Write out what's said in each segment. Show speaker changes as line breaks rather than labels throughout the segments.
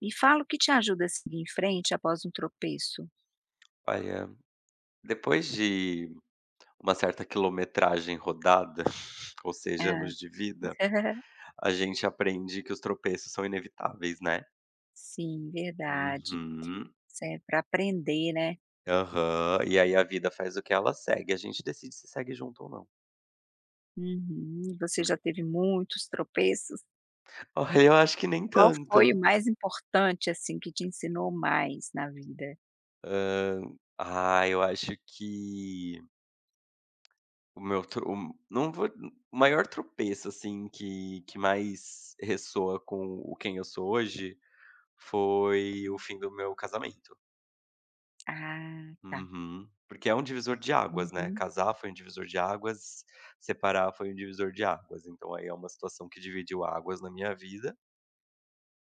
Me fala o que te ajuda a seguir em frente após um tropeço.
Olha, depois de uma certa quilometragem rodada, ou seja,
Hã.
anos de vida, a gente aprende que os tropeços são inevitáveis, né.
Sim, verdade.
Uhum.
Isso é para aprender, né.
Aham. E aí a vida faz o que ela segue, a gente decide se segue junto ou não.
Uhum. Você já
Hum.
teve muitos tropeços.
Olha, eu acho que nem
Qual foi o
tanto.
mais importante, assim, que te ensinou mais na vida?
Eu acho que o meu tro o não vou o maior tropeço, assim, que mais ressoa com o quem eu sou hoje, foi o fim do meu casamento.
Ah, tá.
Uhum. Porque é um divisor de águas, né,
Uhum.
casar foi um divisor de águas, separar foi um divisor de águas, então aí é uma situação que dividiu águas na minha vida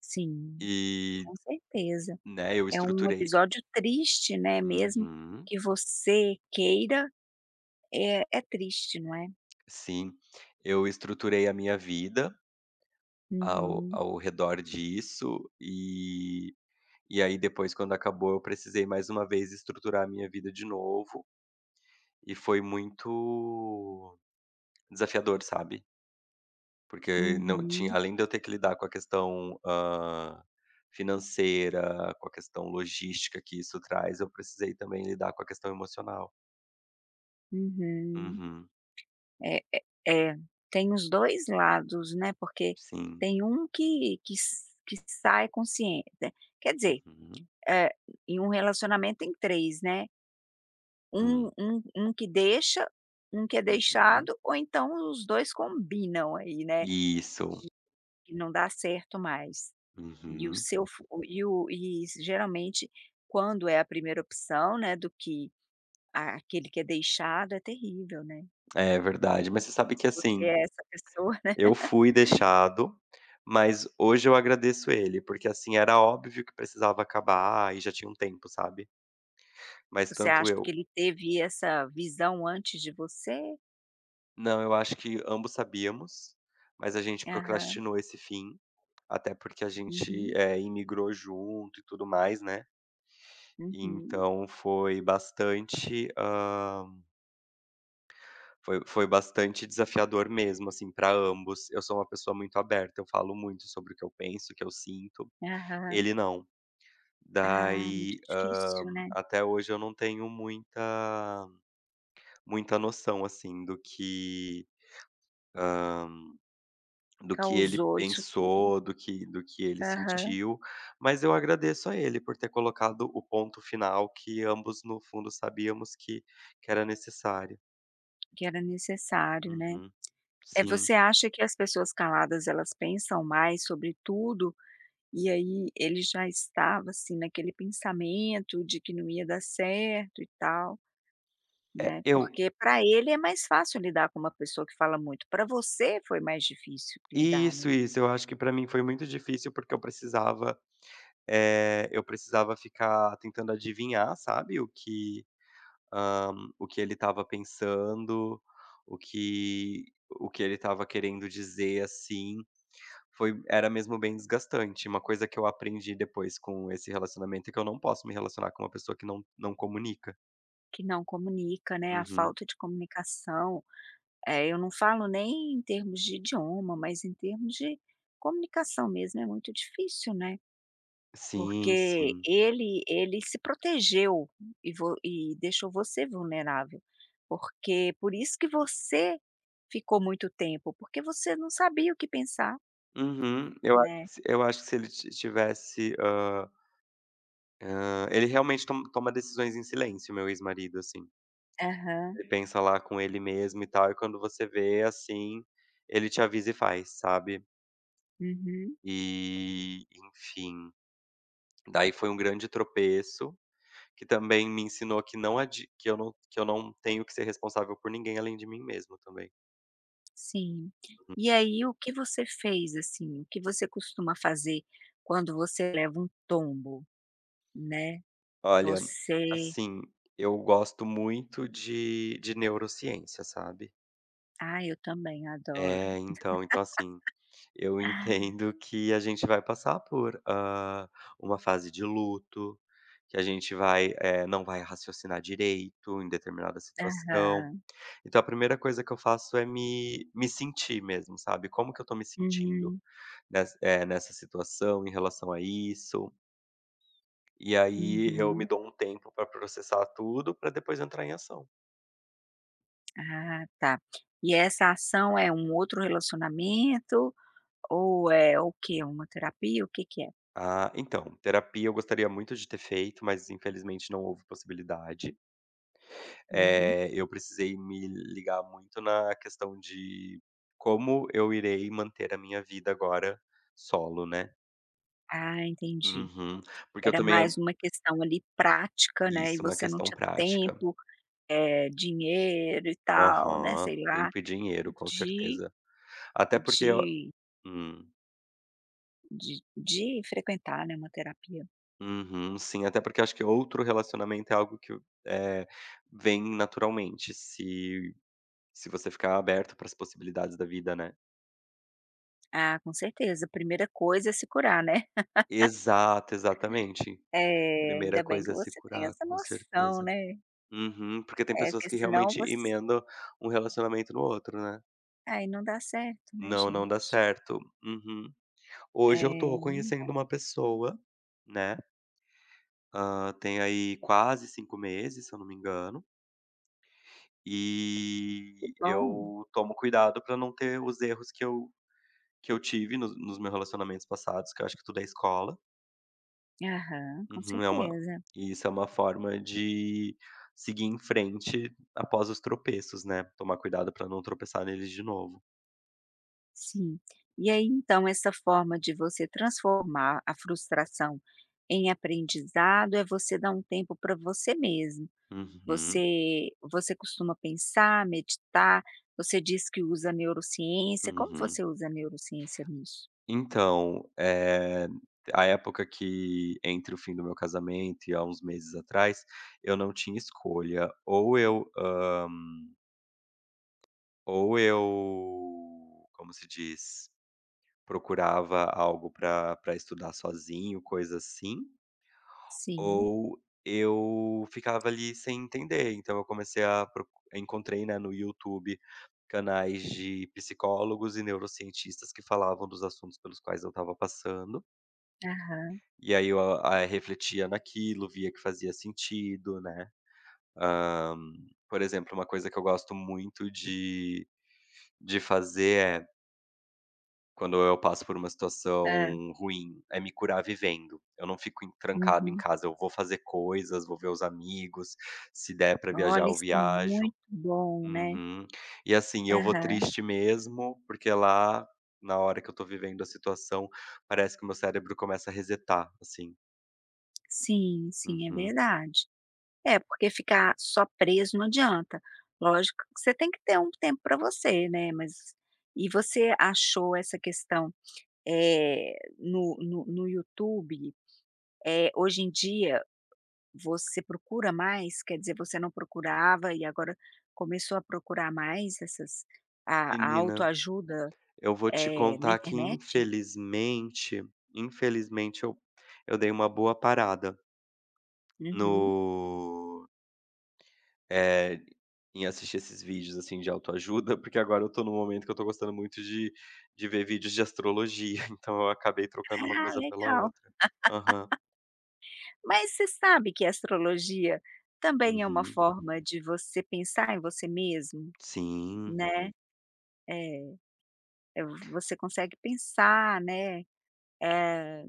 Sim,
e,
com certeza.
né, eu
É um
estruturei.
episódio triste, né, mesmo
Uhum.
que você queira, é triste, não é?
Sim. Eu estruturei a minha vida ao
Uhum,
ao redor disso e aí depois quando acabou eu precisei mais uma vez estruturar a minha vida de novo, e foi muito desafiador, sabe. Porque não tinha,
uhum,
além de eu ter que lidar com a questão, financeira, com a questão logística que isso traz, eu precisei também lidar com a questão emocional.
uhum.
Uhum,
É é é, tem os 2 lados, né, porque
sim.
tem um que sai consciente. Quer dizer,
Uhum.
eh, em um relacionamento tem 3, né, um
Hum.
um um que deixa, um que é
Uhum.
deixado ou então os 2 combinam aí, né,
Isso.
que não dá certo mais. E o
Uhum.
seu fu o e s- geralmente quando é a primeira opção, né, do que a aquele que é deixado é terrível, né.
É verdade. Mas você sabe
Se
que,
você
assim,
é essa pessoa.
eu fui deixado, mas hoje eu agradeço ele, porque, assim, era óbvio que precisava acabar e já tinha um tempo, sabe. Mas
Você
tanto
acha que
eu.
ele teve essa visão antes de você?
Não, eu acho que ambos sabíamos, mas a gente
Aham.
procrastinou esse fim, até porque a gente,
Uhum.
imigrou junto e tudo mais, né. E
Uhum.
então foi bastante, foi bastante desafiador mesmo, assim, para ambos. Eu sou uma pessoa muito aberta, eu falo muito sobre o que eu penso, o que eu sinto,
Aham.
ele não.
Ah,
Daí,
muito difícil, né.
até hoje eu não tenho muita noção, assim, do que. Do que ele
Causou isso tudo.
pensou, do que ele
Aham.
sentiu, mas eu agradeço a ele por ter colocado o ponto final que ambos no fundo sabíamos que era necessário.
Que era necessário, né.
Uhum,
É,
sim.
você acha que as pessoas caladas elas pensam mais sobre tudo, e aí ele já estava, assim, naquele pensamento de que não ia dar certo e tal,
É,
né.
eu
Porque para ele é mais fácil lidar com uma pessoa que fala muito. Para você foi mais difícil lidar, né?
isso, eu acho que pra mim foi muito difícil, porque eu precisava, eu precisava ficar tentando adivinhar, sabe, o que, hã, o que ele estava pensando, o que o que ele estava querendo dizer, assim. Foi era mesmo bem desgastante. Uma coisa que eu aprendi depois com esse relacionamento é que eu não posso me relacionar com uma pessoa que não comunica.
Que não comunica, né, a
Uhum.
falta de comunicação, eu não falo nem em termos de idioma, mas em termos de comunicação mesmo, é muito difícil, né,
Sim,
porque
sim.
ele se protegeu e vo e deixou você vulnerável, porque por isso que você ficou muito tempo, porque você não sabia o que pensar,
Uhum.
né.
Eu acho que se ele ti tivesse, ele realmente toma decisões em silêncio, meu ex-marido, assim.
Aham,
Ele pensa lá com ele mesmo e tal, e quando você vê, assim, ele te avisa e faz, sabe.
uhum,
E, enfim, daí foi um grande tropeço. Que também me ensinou que eu não tenho que ser responsável por ninguém além de mim mesmo também.
sim. E aí o que você fez, assim, o que você costuma fazer quando você leva um tombo? Né,
Olha,
você...
assim, eu gosto muito de neurociência, sabe.
Ah, eu também adoro.
É, então assim, eu
Ah.
entendo que a gente vai passar por, uma fase de luto, que a gente vai, não vai raciocinar direito em determinada situação.
Aham.
Então a primeira coisa que eu faço é me sentir mesmo, sabe, como que eu estou me sentindo.
Uhum,
Nessa situação, em relação a isso, e aí eu me
uhum.
dou um tempo para processar tudo, para depois entrar em ação.
Ah, tá. E essa ação é um outro relacionamento ou é o quê? Uma terapia? O que que é?
Ah, então, terapia eu gostaria muito de ter feito, mas infelizmente não houve possibilidade.
Uhum.
Eu precisei me ligar muito na questão de como eu irei manter a minha vida agora solo, né.
Ah, entendi.
Uhum. Porque eu
Era
também
mais
an
uma questão ali prática, né, e
isso, uma
você não
questão
tinha
prática.
tempo, dinheiro e tal, né,
Aham.
sei lá,
Tempo e dinheiro, com
de
certeza. Até porque eu.
de
Hum.
frequentar, né, uma terapia.
Uhum, sim, até porque acho que outro relacionamento é algo que, eh, vem naturalmente, se você ficar aberto para as possibilidades da vida, né.
Ah, com certeza. A primeira coisa é se curar, né.
Exato, exatamente.
É
Primeira
ainda bem que
coisa é se
você tem
curar,
essa
com
noção,
certeza.
né.
Uhum, porque tem
É,
pessoas
porque
que
senão
realmente
você
emendam um relacionamento no outro, né.
aí não dá certo, né,
Não, não dá
gente.
certo. Uhum. Hoje eu
É.
tô
Não.
conhecendo uma pessoa, né, tem aí quase 5 meses, se eu não me engano.
Que
E
bom.
eu tomo cuidado pra não ter os erros que eu tive nos meus relacionamentos passados, que eu acho que tudo é escola.
Aham, com
Uhum, é uma
certeza.
E isso é uma forma de seguir em frente após os tropeços, né, tomar cuidado pra não tropeçar neles de novo.
Sim. E aí, então, essa forma de você transformar a frustração em aprendizado é você dar um tempo para você mesmo.
Uhum,
Você você costuma pensar, meditar? Você diz que usa neurociência. Como
uhum.
você usa a neurociência nisso?
Então, é a época que entre o fim do meu casamento e há uns meses atrás, eu não tinha escolha, ou eu, hã ou eu, como se diz, procurava algo pra estudar sozinho, coisa assim,
Sim.
ou eu ficava ali sem entender. Então eu comecei a procu encontrei, né, no YouTube canais de psicólogos e neurocientistas que falavam dos assuntos pelos quais eu estava passando,
Aham.
e aí eu a refletia naquilo, via que fazia sentido, né. Hã, por exemplo, uma coisa que eu gosto muito de fazer é quando eu passo por uma situação
Hã.
ruim, é me curar vivendo. Eu não fico em trancado em
Uhum.
casa, eu vou fazer coisas, vou ver os amigos, se der pra viajar,
Olha,
eu
isso é
viajo.
muito bom, né.
Uhum. E assim, eu vou
Aham.
triste mesmo, porque lá, na hora que eu tô vivendo a situação, parece que o meu cérebro começa a resetar, assim.
Sim, sim, é
Uhum.
verdade. É, porque ficar só preso não adianta. Lógico que você tem que ter um tempo para você, né, mas e você achou essa questão, no YouTube, hoje em dia você procura mais? Quer dizer, você não procurava e agora começou a procurar mais essas a
Menina,
autoajuda,
eu vou te
na
contar que
internet?
infelizmente, infelizmente eu dei uma boa parada
Uhum.
no. Eh, em assistir esses vídeos, assim, de autoajuda, porque agora eu tô num momento que eu tô gostando muito de ver vídeos de astrologia, então eu acabei trocando uma
Ah,
coisa pela
legal.
outra. Aham.
Mas você sabe que a astrologia também é uma
Uhum.
forma de você pensar em você mesmo,
Sim.
né. É, eh, você consegue pensar, né, é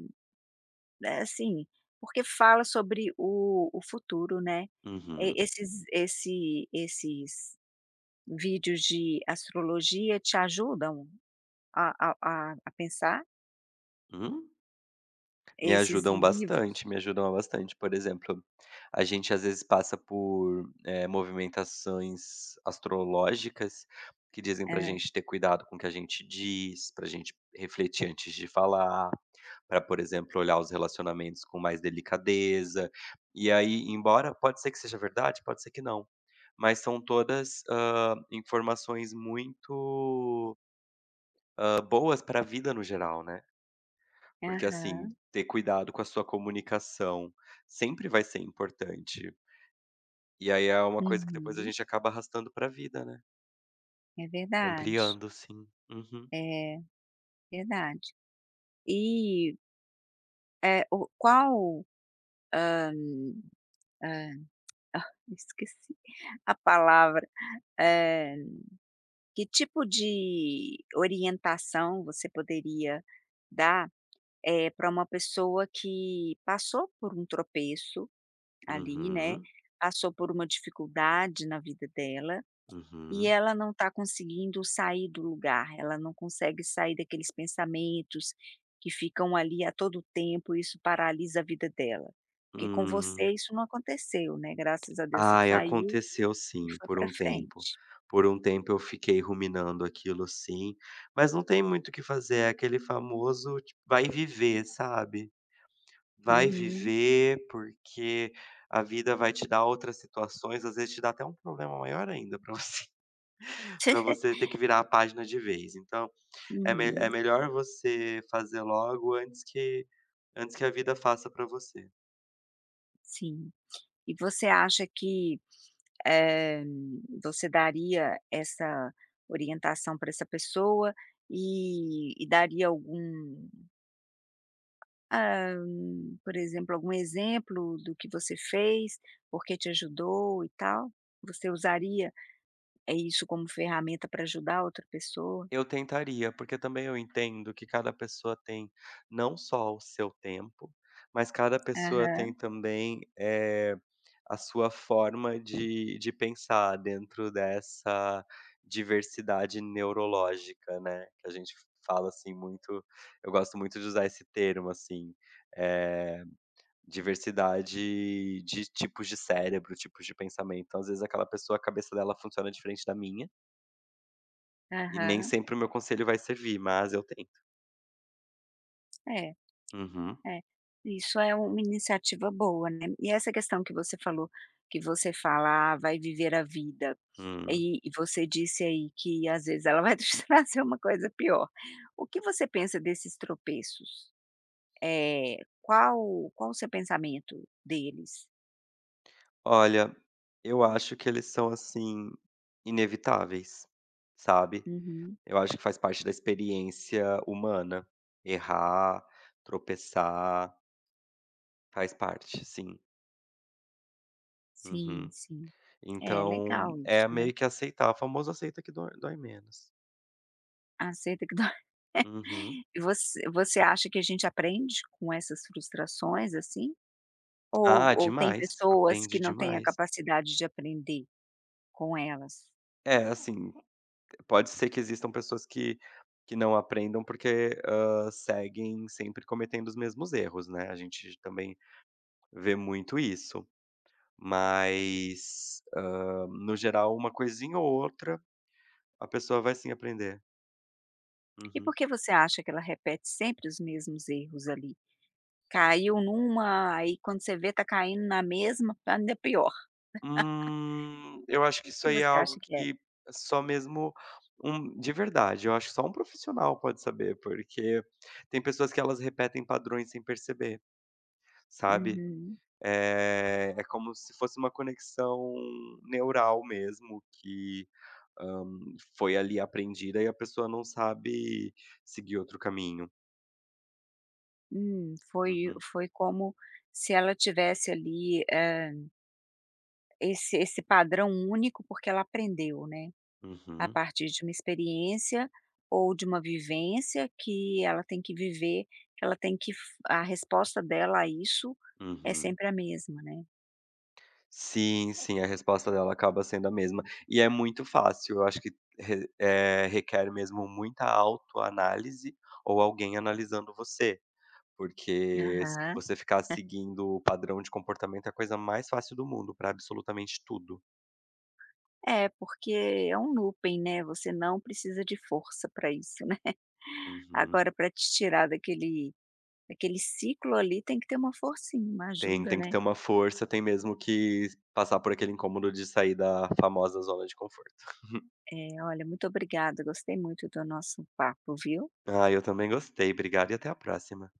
assim, porque fala sobre o futuro, né.
Uhum.
E esses esse esses vídeos de astrologia te ajudam a pensar?
Hum? Me
Esses
ajudam
livros?
bastante, me ajudam bastante. Por exemplo, a gente às vezes passa por, movimentações astrológicas que dizem pra
Hã.
gente ter cuidado com o que a gente diz, pra gente refletir antes de falar, pra, por exemplo, olhar os relacionamentos com mais delicadeza. E aí, embora pode ser que seja verdade, pode ser que não, mas são todas, informações muito, boas pra vida no geral, né? Porque, assim,
Aham.
ter cuidado com a sua comunicação sempre vai ser importante. E aí é uma coisa que depois a
Uhum.
gente acaba arrastando pra vida, né.
É verdade.
Ampliando, sim. Uhum.
É. Verdade. E, eh, o qual, hum, esqueci a palavra, eh, que tipo de orientação você poderia dar, para uma pessoa que passou por um tropeço ali, né,
Uhum.
passou por uma dificuldade na vida dela. E
Uhum.
ela não está conseguindo sair do lugar, ela não consegue sair daqueles pensamentos que ficam ali a todo tempo, e isso paralisa a vida dela. Porque com
Hum.
você isso não aconteceu, né, graças a Deus você
Ai,
saiu
aconteceu
e
sim,
foi
por
para
um tempo.
frente.
Por um tempo eu fiquei ruminando aquilo sim, mas não tem muito o que fazer, é aquele famoso ti vai viver, sabe. Vai
Uhum.
viver, porque a vida vai te dar outras situações, às vezes te dá até um problema maior ainda para você para você ter que virar a página de vez. Então, é me
Uhum,
é melhor você fazer logo antes que a vida faça para você.
sim. E você acha que, eh, você daria essa orientação para essa pessoa e daria algum... Ah, por exemplo, algum exemplo do que você fez, porque te ajudou e tal? Você usaria isso como ferramenta para ajudar outra pessoa?
Eu tentaria, porque também eu entendo que cada pessoa tem não só o seu tempo, mas cada pessoa tem
Aham,
também, a sua forma de pensar dentro dessa diversidade neurológica, né, que a gente fala, assim, muito eu gosto muito de usar esse termo, assim, eh, diversidade de tipos de cérebro, tipos de pensamento. Então, às vezes aquela pessoa, a cabeça dela funciona diferente da minha. E nem
aham.
sempre o meu conselho vai servir, mas eu tento.
É,
Uhum.
é. Isso é uma iniciativa boa, né. E essa questão que você falou, que você fala: "Ah, vai viver a vida",
Hum.
e você disse aí que às vezes ela vai te trazer uma coisa pior. O que você pensa desses tropeços? é Qual o seu pensamento deles?
Olha, eu acho que eles são, assim, inevitáveis, sabe.
Uhum.
Eu acho que faz parte da experiência humana. Errar, tropeçar, faz parte, sim.
Sim,
Uhum.
sim. É,
Então,
legal isso,
é
né.
meio que aceitar, o famoso aceita que dói dói menos.
Aceita que dói.
Uhum.
E você você acha que a gente aprende com essas frustrações, assim?
Ah,
Ou tem
demais,
pessoas que
aprende
não têm a
demais.
capacidade de aprender com elas?
É, assim. Pode ser que existam pessoas que não aprendam, porque, seguem sempre cometendo os mesmos erros, né, a gente também vê muito isso. Mas, no geral, uma coisinha ou outra, a pessoa vai sim aprender.
E por
Uhum.
que você acha que ela repete sempre os mesmos erros ali? Caiu numa, aí quando você vê tá caindo na mesma, tá ainda pior.
Eu acho que
O
isso
que
aí é
você
algo
acha que é?
que só mesmo eu acho que só um profissional pode saber, porque tem pessoas que elas repetem padrões sem perceber, sabe.
Uhum.
É como se fosse uma conexão neural mesmo que, hã, foi ali aprendida e a pessoa não sabe seguir outro caminho.
Foi
Uhum,
foi como se ela tivesse ali, esse padrão único, porque ela aprendeu, né, a
uhum,
partir de uma experiência ou de uma vivência que ela tem que viver, que ela tem que f a resposta dela a isso é
uhum.
sempre a mesma, né.
Sim, sim, a resposta dela acaba sendo a mesma. E é muito fácil, eu acho que re eh, requer mesmo muita autoanálise ou alguém analisando você, porque se
Aham.
você ficar seguindo o padrão de comportamento é a coisa mais fácil do mundo para absolutamente tudo.
É, porque é um looping, né, você não precisa de força para isso, né.
Uhum.
Agora para te tirar daquele daquele ciclo ali tem que ter uma forcinha, uma
Tem,
ajuda,
tem que
né.
ter uma força, tem mesmo que passar por aquele incômodo de sair da famosa zona de conforto.
É, olha, muito obrigada, gostei muito do nosso papo, viu.
Ah, eu também gostei, obrigado e até a próxima.